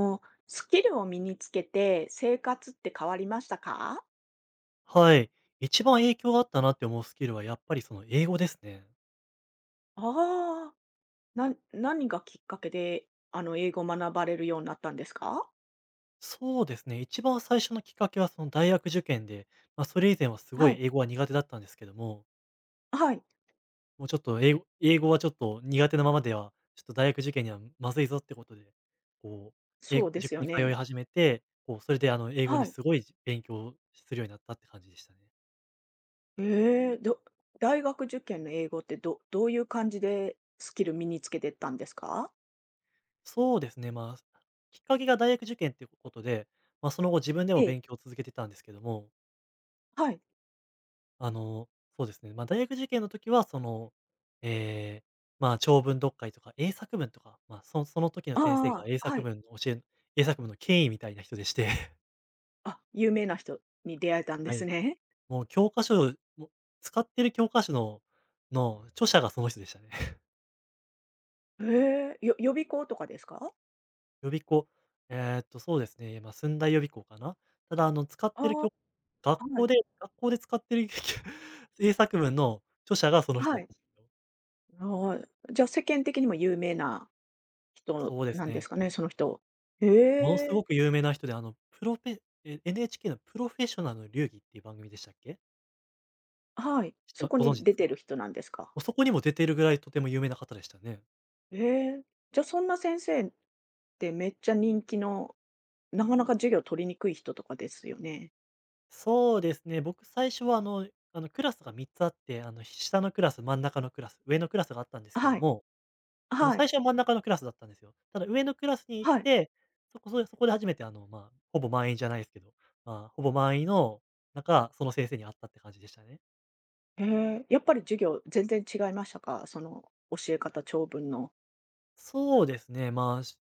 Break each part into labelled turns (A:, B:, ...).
A: おスキルを身につけて生活って変わりましたか？
B: はい。一番影響があったなって思うスキルはやっぱりその英語ですね。
A: ああー、何がきっかけで、英語を学ばれるようになったんですか？
B: そうですね。一番最初のきっかけはその大学受験で、まあ、それ以前はすご
A: は
B: い
A: い、
B: 英語は苦手だったんですけども、
A: はい、
B: もうちょっと英語はちょっと苦手なままでは、ちょっと大学受験にはまずいぞってことで、こう、英
A: そ
B: 語
A: うです
B: 塾
A: よ
B: に通い
A: ね。
B: 始めて、こう、それで英語
A: は
B: に
A: い。
B: すごい勉強するようになったって感じでしたね。
A: ええ、大学受験の英語ってどういう感じでスキル身につけてったんですか？
B: そうですね。まあ、きっかけが大学受験ってことで、まあ、その後自分で
A: え
B: も
A: え、
B: 勉強を続けてたんですけども、
A: はい。
B: あの、そうですね。まあ、大学受験の時は、その、ええ、まあ、長文読解とか英作文とか、まあ、その時の先生が
A: ああ、はい。
B: 英作文の権威みたいな人でして、
A: あ、有名な人に出会えたんで
B: は
A: す
B: い、
A: ね。
B: もう教科書もう使ってる教科書の著者がその人でしたね。
A: へえ、予備校とかですか？
B: 予備校、そうですね、まあ、駿大予備校かな。ただ、あの、使っ
A: あ
B: てる教学
A: あー、は
B: 校
A: い、
B: で学校で使ってる 英作文の著者がその人
A: は
B: だっ
A: い。
B: たんですよ。
A: ああ、じゃ、世間的にも有名な人
B: そうです
A: なんで
B: ね。
A: すかね、その人。へ
B: ものすご
A: え、
B: く有名な人で、あの、プロペえ、NHK のプロフェッショナルの流儀っていう番組でしたっけ？
A: はい。
B: 知って
A: そ
B: ま
A: こ
B: ご存
A: に
B: 知で
A: 出
B: す
A: て
B: か？
A: る
B: も
A: 人なんですか。
B: うそこにも出ているぐらいとても有名な方でしたね。
A: へえ。じゃ、そんな先生ってめっちゃ人気の、なかなか授業取りにくい人とかですよね。
B: そうですね、僕最初はあのクラスが3つあって、あの下のクラス、真ん中のクラス、上のクラスがあったんですけ
A: は
B: ど
A: い、
B: も、あの
A: はい、
B: 最初は真ん中のクラスだったんですよ。ただ上のクラスに行っ
A: はい。
B: て、そこで初めてあの、まあ、ほぼ満員じゃないですけど、まあ、ほぼ満員の中、その先生に会ったって感じでしたね。
A: へえ、やっぱり授業全然違いましたか？その教え方、長文の。
B: そうですね、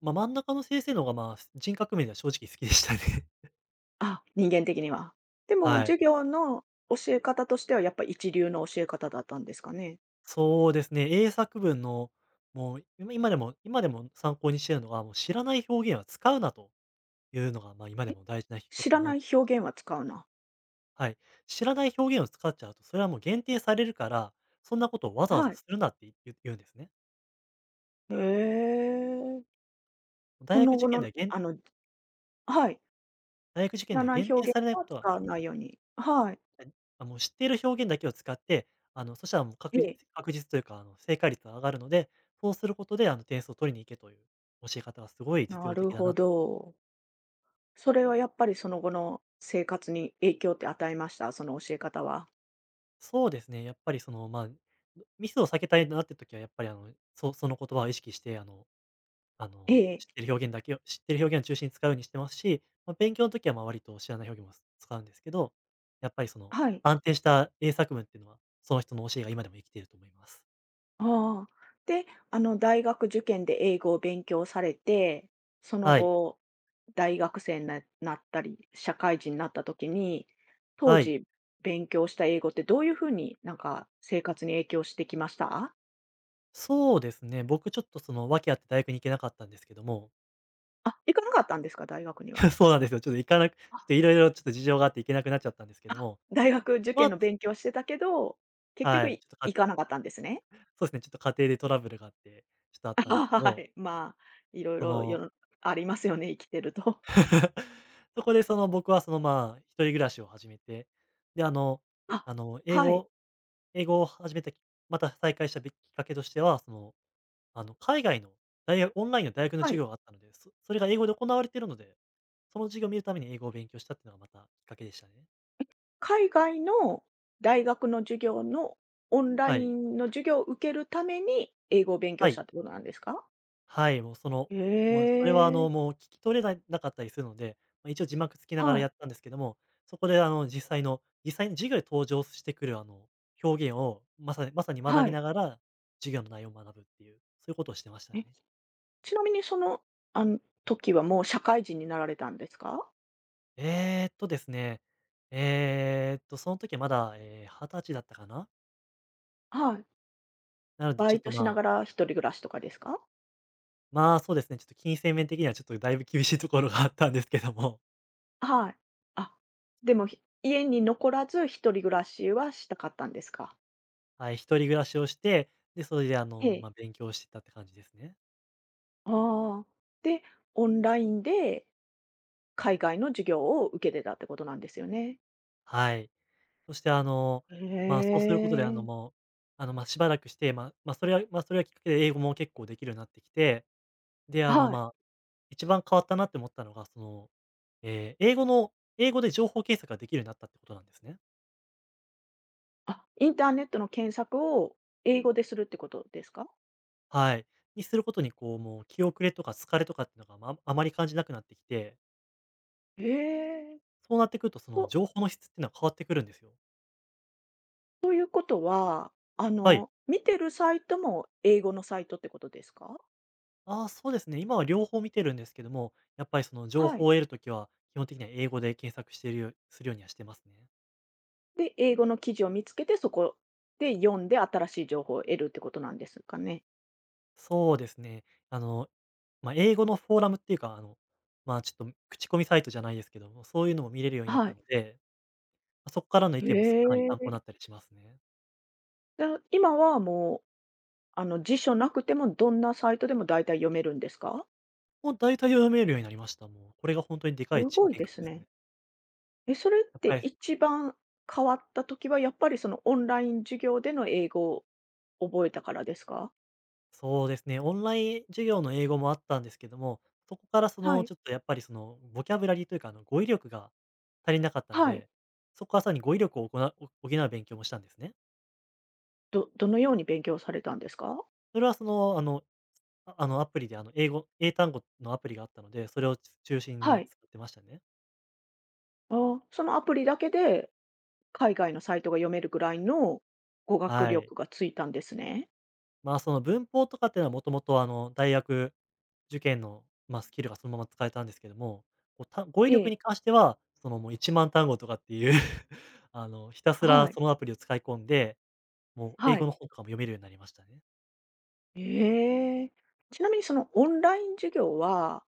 B: まあ、真ん中の先生の方が、まあ、人格面では正直好きでしたね。
A: あ、人間的には。でも
B: はい。
A: 授業の教え方としてはやっぱ一流の教え方だったんですかね？
B: そうですね、英作文の、もう、今でも参考にしてるのが、もう知らない表現は使うなというのが、まあ、今でも大事なこ
A: 知
B: とだ
A: ら
B: なと思い
A: ない
B: ました。
A: 表現は使うな。
B: はい。知らない表現を使っちゃうと、それはもう限定されるから、そんなことをわざわ
A: は
B: ざ
A: い。
B: するなって言うんですね。
A: へえ。そ
B: 大
A: の
B: 学
A: 後
B: 受験
A: の
B: では限
A: はい。
B: 大学受
A: 知
B: 験
A: ら
B: では
A: ない
B: 限定
A: 表現
B: されない
A: は
B: こと
A: 使
B: は、
A: わないように。はい。
B: はい、あ、もう知っている表現だけを使って、あの、そしたらもう
A: ええ。
B: 確実というか、あの、正解率が上がるので、そうすることで、あの、点数を取りに行けという教え方はすごい実
A: な
B: 用的
A: る
B: だ
A: ほ
B: なと。
A: ど。それはやっぱりその後の生活に影響って与えました？その教え方は。
B: そうですね、やっぱりその、まあ、ミスを避けたいなって時はやっぱり、あの、その言葉を意識して、あ
A: え
B: の、
A: え。
B: 知ってる表現を中心に使うようにしてますし、まあ、勉強の時は、ま、割と知らない表現も使うんですけど、やっぱりその、
A: はい。
B: 安定した英作文っていうのは、その人の教えが今でも生きていると思います。
A: ああ。で、あの大学受験で英語を勉強されて、その
B: はい、
A: 後、大学生になったり、社会人になった時に、当
B: はい。
A: 時勉強した英語ってどういう風になんか生活に影響してきました？
B: そうですね。僕ちょっとその訳あって大学に行けなかったんですけども、
A: あ、行かなかったんですか？大学には。
B: そうなんですよ。ちょっといろいろちょっと事情があって行けなくなっちゃったんですけど
A: あ、
B: も、
A: 大学受
B: ま
A: 験
B: あ
A: の勉強してたけど、結局
B: はい、ちょっと
A: 行
B: か
A: かなかったんですね。
B: そうですね、ちょっと家庭でトラブルがあって、ちょっとあ
A: あ
B: ったんで すけ
A: は
B: ど、
A: い。まあ、いろい
B: そ
A: ろ世
B: の、
A: のありますよね、生きてると。
B: そこでその僕はその、まあ、一人暮らしを始めて、で、
A: あ、
B: あの、
A: はい。
B: 英語を始めたきまた再開したきっかけとしては、その、あの、海外の大学オンラインの大学の
A: は
B: 授
A: い。
B: 業があったので、それが英語で行われているので、その授業を見るために英語を勉強したっていうのがまたきっかけでしたね。
A: 海外の大学の授業のオンラ
B: は
A: イ
B: い。
A: ンの授業を受けるために、英語を勉
B: は
A: 強し
B: い。
A: たってことなんですか？
B: はい、もうその、も
A: へ
B: うそれはあ
A: え。
B: の、もう聞き取れななかったりするので、まあ、一応字幕つきながら
A: は
B: や
A: い。
B: ったんですけども、そこであの、実際に授業で登場してくるあの、表現をまさに学
A: は
B: び
A: い。
B: ながら、授業の内容を学ぶっていう、そういうことをしてましたね。
A: え、ちなみにその、あの時はもう社会人になられたんですか？
B: ですね、えーっと、その時はまだ、ええ、20歳だったかな？
A: はい。
B: なので、
A: バ
B: ちょ
A: イ
B: っ
A: ト
B: と、
A: しな
B: ま
A: が
B: あ、
A: ら一人暮らしとかですか？
B: まあ、そうですね、ちょっと金銭面的にはちょっとだいぶ厳しいところがあったんですけども、
A: はい。あ、でも、家に残らず一人暮らしはしたかったんですか？
B: はい、一人暮らしをして、で、それで、あ
A: え
B: の、
A: え。
B: ま、勉強してたって感じですね。
A: ああ。で、オンラインで海外の授業を受けてたってことなんですよね？
B: はい。そして、あの、まあ、そ
A: へ
B: うすることで、あの、
A: え。
B: もう、あの、ま、しばらくして、まあ、ま、それはま、それがきっかけで英語も結構できるようになってきて、で、あの、
A: はい。
B: まあ、一番変わったなって思ったのが、その、え英語で情報検索ができるようになったってことなんですね。
A: あ、インターネットの検索を英語でするってことですか？
B: はい。にすることに、こう、もう気遅れとか疲れとかっていうのが、まああまり感じなくなってきて、
A: へえ。
B: そうなってくると、その
A: と
B: 情報の質っていうのは変わってくるんですよ。
A: ということは、
B: はい。
A: 見てるサイトも英語のサイトってことですか？
B: ああ、そうですね。今は両方見てるんですけども、やっぱりその情
A: は
B: 報
A: い。
B: を得るときは、基本的には英語で検索しているするようにはしてますね。
A: で、英語の記事を見つけて、そこで読んで新しい情報を得るってことなんですかね？
B: そうですね。あの、まあ、英語のフォーラムっていうか、あの、まあ、ちょっと口コミサイトじゃないですけども、そういうのも見れるようになっ
A: は
B: た
A: い。
B: ので、ま、そっからの意
A: へ
B: 見もかなり参考
A: え。
B: になったりしますね。
A: じゃあ、今はもう、辞書なくてもどんなサイトでも大体読めるんですか？
B: もう大体読めるようになりました、もう。これが本当にで
A: す
B: かいち
A: ごい
B: 変
A: で
B: 化
A: す
B: です
A: ね。
B: ね。
A: え、それっ
B: やっぱ
A: て
B: り
A: 一番変わった時は、やっぱりそのオンライン授業での英語を覚えたからですか？
B: そうですね、オンライン授業の英語もあったんですけども、そこからそ
A: は
B: の、
A: い。
B: ちょっとやっぱりその、ボキャブラリーというか、あの、語彙力が足りなかったの
A: はい。
B: で、そこからさらに語彙力を行う補う勉強もしたんですね。
A: どのように勉強されたんですか？
B: それはその、あの、あの、アプリで、あの、英単語のアプリがあったので、それを中心
A: は
B: に
A: い。
B: 使ってましたね。
A: ああ、そのアプリだけで海外のサイトが読めるぐらいの語学
B: はい。
A: 力がついたんですね。
B: まあ、その文法とかっていうのはもともと、あの、大学受験の、まあ、スキルがそのまま使えたんですけども、こう、語彙
A: え
B: 力
A: え、
B: に関しては、その、もう1万単語とかっていう あの、ひたすら
A: はい、
B: そのアプリを使い込んで、もう英
A: は
B: 語
A: い。
B: の本とかも読めるようになりましたね。
A: ええ。ちなみにそのオンライン授業は、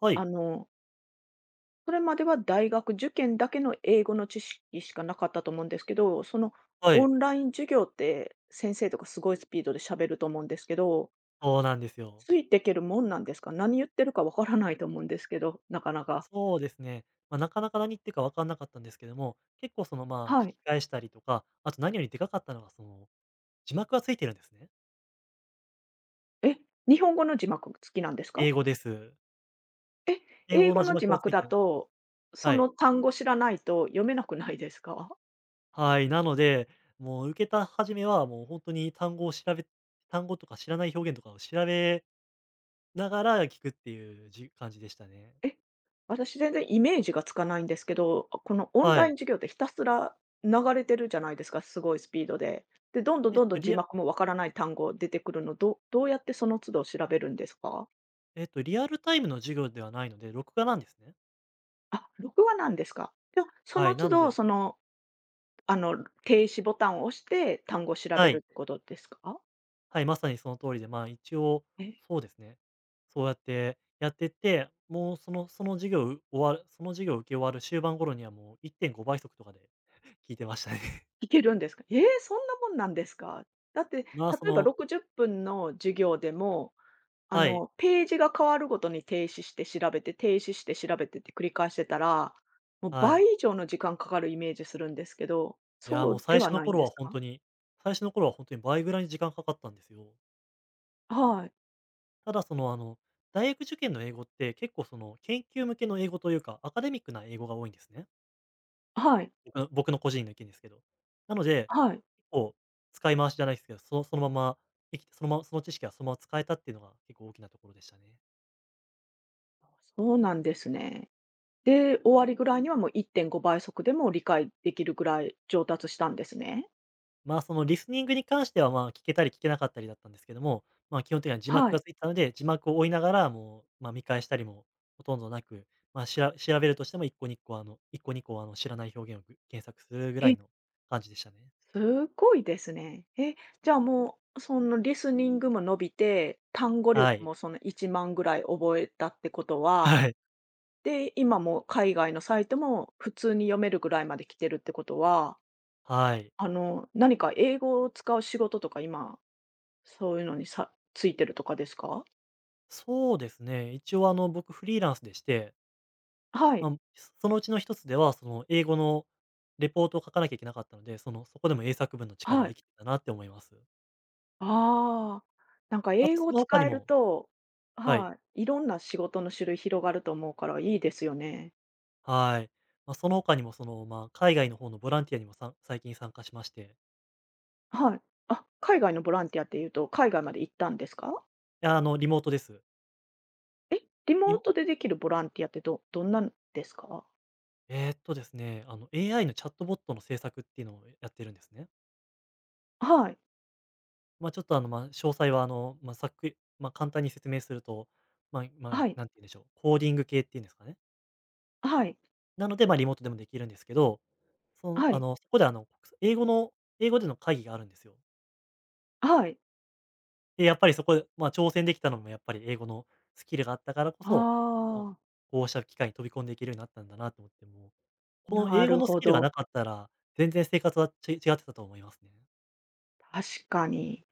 B: は
A: あ
B: い、
A: の、それまでは大学受験だけの英語の知識しかなかったと思うんですけど、その
B: は
A: オ
B: い、
A: ンライン授業って先生とかすごいスピードで喋ると思うんですけど、
B: そうなんですよ。
A: ついていけるもんなんですか？何言ってるかわからないと思うんですけど、なかなか。
B: そうですね。まあ、なかなか何言ってるか分かんなかったんですけども、結構その、まあ、聞
A: は
B: き
A: い。
B: 返したりとか、あと何よりでかかったのが、その、字幕がついてるんですね。
A: え、日本語の字幕付きなんですか？
B: 英語です。
A: え、
B: 英
A: 英
B: 語
A: 語
B: の字
A: の字
B: 幕が
A: 幕
B: つい
A: だ
B: てる。
A: と、そ
B: はい。
A: の単語知らないと読めなくないですか？
B: はい、なので、もう受けた初めはもう本当に単語を調べ単語とか知らない表現とかを調べながら聞くっていう感じでしたね。
A: え、私全然イメージがつかないんですけど、このオン
B: は
A: ライン
B: い。
A: 授業ってひたすら流れてるじゃないですか、すごいスピードで。で、どんどん
B: えっ
A: どんど
B: と、
A: ん字
B: リア
A: 幕もわからない単語出てくるの、どうやってその都度調べるんですか？
B: えっと、リアルタイムの授業ではないので、録画なんですね。
A: あ、録画なんですか。じゃあ、そ
B: は
A: の
B: い、
A: 都
B: なの
A: 度、
B: で
A: その、停止ボタンを押して単語を調
B: は
A: べる
B: い、
A: ってことですか？
B: はい、まさにその通りで、まあ、一応、
A: え。
B: そうですね、そうやってやって、もうその授業を終わるその授業を受け終わる終盤頃にはもう1.5倍速とかで 聞いてましたね。
A: いけるんですか？ええ、そんなもんなんですか？だって、
B: まあ、そ
A: 例えば
B: の
A: 60分の授業でも、
B: はい、
A: ページが変わるごとに停止して調べて、停止して調べてって繰り返してたら、もう
B: は
A: 倍
B: い。
A: 以上の時間かかるイメージするんですけど、
B: いや、
A: そ
B: もう
A: うではないんですか？
B: 最初の頃はほんとに倍ぐらいに時間かかったんですよ。
A: はい、
B: ただその、大学受験の英語って結構その研究向けの英語というか、アカデミックな英語が多いんですね。
A: はい、
B: 僕の個人の意見ですけど。なので、
A: はい。
B: 結構使い回しじゃないすけど、そのそのまま生きてその知識がそのまま使えたっていうのが結構大きなところでしたね。
A: そうなんですね。で、終わりぐらいにはもう1.5倍速でも理解できるぐらい上達したんですね。
B: まあ、そのリスニングに関しては、まあ、聞けたり聞けなかったりだったんですけども、まあ、基本的には字幕
A: は
B: がつ
A: い。
B: いてたので、字幕を追いながら、もう、ま、見返したりもほとんどなく、まあ、調べるとしても一個二個、あの1個2個、あの、知らない表現を検索するぐら
A: へ
B: いの感じでしたね。
A: すごいですね。え、じゃあもう、そのリスニングも伸びて、単語力
B: はい。
A: もその1万ぐらい覚えたってことは、
B: はい。
A: で、今も海外のサイトも普通に読めるぐらいまで来てるってことは、
B: はい。
A: 何か英語を使う仕事とか今、そういうのについてるとかですか？
B: そうですね、一応、あの、僕フリーランスでして、
A: は
B: ま
A: い、
B: あ、そのうちの一つでは、その、英語のレポートを書かなきゃいけなかったので、その、そこでも英作文の力
A: は
B: が生
A: い。
B: きてたなって思います。
A: ああ、なんか
B: あ
A: 英
B: と
A: 語
B: そ
A: を
B: の他
A: 使
B: に
A: える
B: も
A: と
B: はい。
A: はい、いろんな仕事の種類広がると思うからいいですよね。
B: はい。まあ、その他にも、その、まあ、海外の方のボランティアにも最近参加しまして、
A: はい。あ、海外のボランティアっていうと、海外まで行ったんですか？
B: いや、あの、リモートです。
A: え、リモ
B: リ
A: ー
B: モ
A: トでできるボランティアってどんなんですか？
B: あの、AI のチャットボットの制作っていうのをやってるんですね。
A: はい。
B: まあ、ちょっと、あの、まあ、詳細は、あの、まあ、さっくり簡単に説明すると、まあまあ、
A: はい。
B: なんて言うんでしょう、コーディング系っていうんですかね。
A: はい。
B: なので、まあ、リモートでもできるんですけど、その、
A: は
B: あ
A: い。
B: の、そこで、あの、国際英語の英語での会議があるんですよ。
A: はい。
B: で、やっぱりそこで、まあ、挑戦できたのもやっぱり英語のスキルがあったからこそ、こう
A: あ
B: こうした機会に飛び込んでいけるようになったんだなと思って、もう、
A: あ、
B: この
A: な
B: 英語
A: る
B: のス
A: ほ
B: キルが
A: ど。
B: なかったら、全然生活は違ってたと思いますね。
A: 確かに。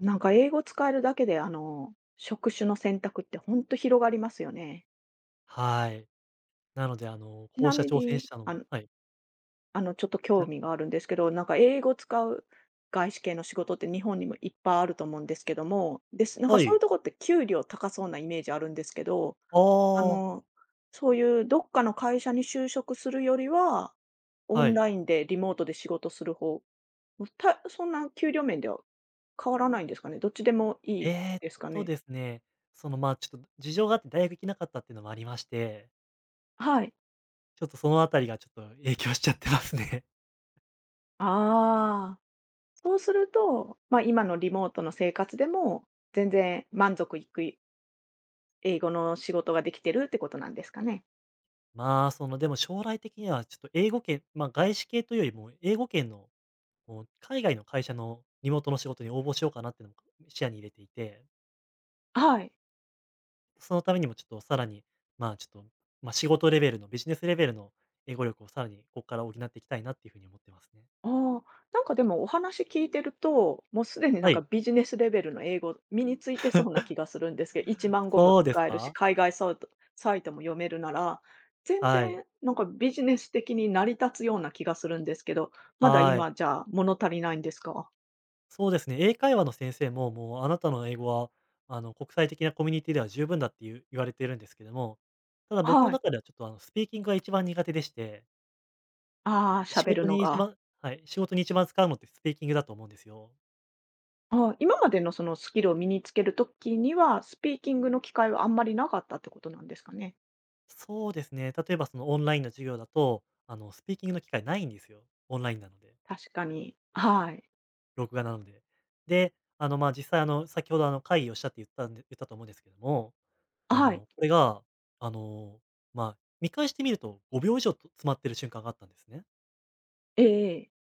A: なんか英語使えるだけで、職種の選択ってほんと広がりますよね。
B: はい。なので、あの、
A: ち
B: こう
A: な
B: した
A: み
B: 挑戦し
A: に、
B: たのもはい。
A: ちょっと
B: じ
A: 興
B: ゃ
A: 味があるんですけど、なんか英語使う外資系の仕事って日本にもいっぱいあると思うんですけども、です。なんか
B: は
A: そういう
B: い。
A: とこって給料高そうなイメージあるんですけど、
B: あ
A: あ
B: あ、
A: の、そういうどっかの会社に就職するよりは、オ
B: は
A: ン
B: い。
A: ラインでリモートで仕事する方、そんな給料面では変わらないんですかね？どっちでもいい
B: えーっ
A: ですかね？
B: ですね、その、ま、ちょっと事情があって大学行けなかったっていうのもありまして、
A: はい。
B: ちょっとそのあたりがちょっと影響しちゃってますね。
A: ああ、そうすると、ま、今のリモートの生活でも、全然満足いく英語の仕事ができてるってことなんですかね？
B: まあ、その、でも将来的にはちょっと英語圏、ま、外資系というよりも、英語圏の、こう、海外の会社のリモートの仕事に応募しようかなっていうのも視野に入れていて、
A: はい。
B: そのためにもちょっとさらに、まあ、ちょっと、まあ、仕事レベルの、ビジネスレベルの英語力をさらにここから補っていきたいなっていう風に思ってますね。
A: ああ、なんかでもお話聞いてると、もうすでにな
B: は
A: んか
B: い。
A: ビジネスレベルの英語身についてそうな気がするんですけど、1万語も
B: そうです
A: 使えるし、
B: か？
A: 海外サイトも読めるなら、全
B: はい。
A: 然なんかビジネス的に成り立つような気がするんですけど、まだ
B: はい。
A: 今じゃあ物足りないんですか？
B: そうですね、英会話の先生も、もうあなたの英語は、あの、国際的なコミュニティでは十分だっていう言われているんですけども、ただ僕の
A: はい。
B: 中ではちょっとあの、スピーキングが一番苦手でして、
A: ああ、喋るのが。
B: 仕事に一番使うのってスピーキングだと思うんですよ。
A: ああ、今までのそのスキルを身につけるときには、スピーキングの機会はあんまりなかったってことなんですかね？
B: そうですね、例えばそのオンラインの授業だと、あの、スピーキングの機会ないんですよ。オンラインなので、
A: 確かに。はい。
B: 録画なので。で、あの、まあ、実際あの、先ほどあの、会議をしたって言ったんで言ったと思うんですけども、あ
A: はい。
B: の、これが、あの、まあ、見返してみると5秒以上と詰まってる瞬間があったんですね。
A: ええええ。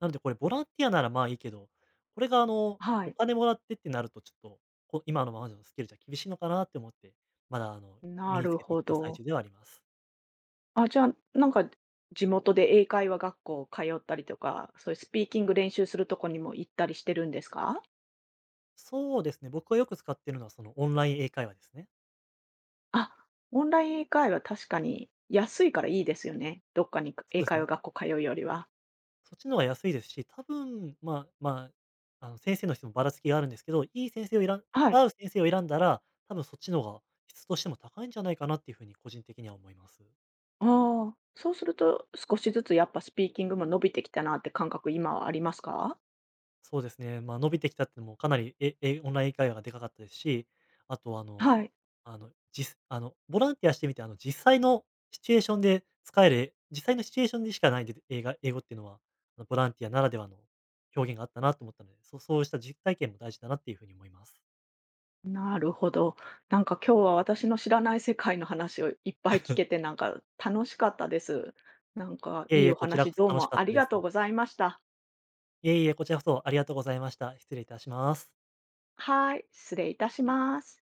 B: なのでこれボランティアならまあいいけど、これがあの、
A: は
B: お
A: い。
B: 金もらってってなるとちょっと、今のままのスキルじゃ厳しいのかなって思って、まだあの、
A: な
B: 身につ
A: る
B: けてい
A: ほ
B: ってる最
A: ど。
B: 中ではあります。
A: あ、じゃあ、なんか、地元で英会話学校通ったりとか、そういうスピーキング練習するとこにも行ったりしてるんですか？
B: そうですね、僕がよく使ってるのはそのオンライン英会話ですね。
A: あ、オンライン英会話確かに安いからいいですよね。どっかに、
B: そう
A: 英
B: です
A: 会話
B: ね。
A: 学校通うよりは。
B: そっちの方が安いですし、多分、まあ、あの、先生の人もばらつきがあるんですけど、いい先生を選ん
A: はい。
B: 合う先生を選んだら、多分そっちの方が質としても高いんじゃないかなっていうふうに個人的には思います。
A: ああ、そうすると、少しずつやっぱスピーキングも伸びてきたなって感覚、今はありますか？
B: そうですね、まあ、伸びてきたっていうのもかなり、ええオンライン英会話がでかかったですし、あと
A: はい。
B: あの、あの、ボランティアしてみて、あの、実際のシチュエーションでしかないで英語っていうのは、あの、ボランティアならではの表現があったなと思ったので、そうした実体験も大事だなっていうふうに思います。
A: なるほど。なんか今日は私の知らない世界の話をいっぱい聞けて、なんか楽しかったです。なんか
B: い
A: い
B: えい
A: いお
B: え、こちら
A: 話
B: こそ
A: どう
B: 楽しか
A: も
B: っ
A: あ
B: た
A: り
B: で
A: が
B: す。
A: とうございました。
B: いえいえ、こちらこそありがとうございました。失礼いたします。
A: はい、失礼いたします。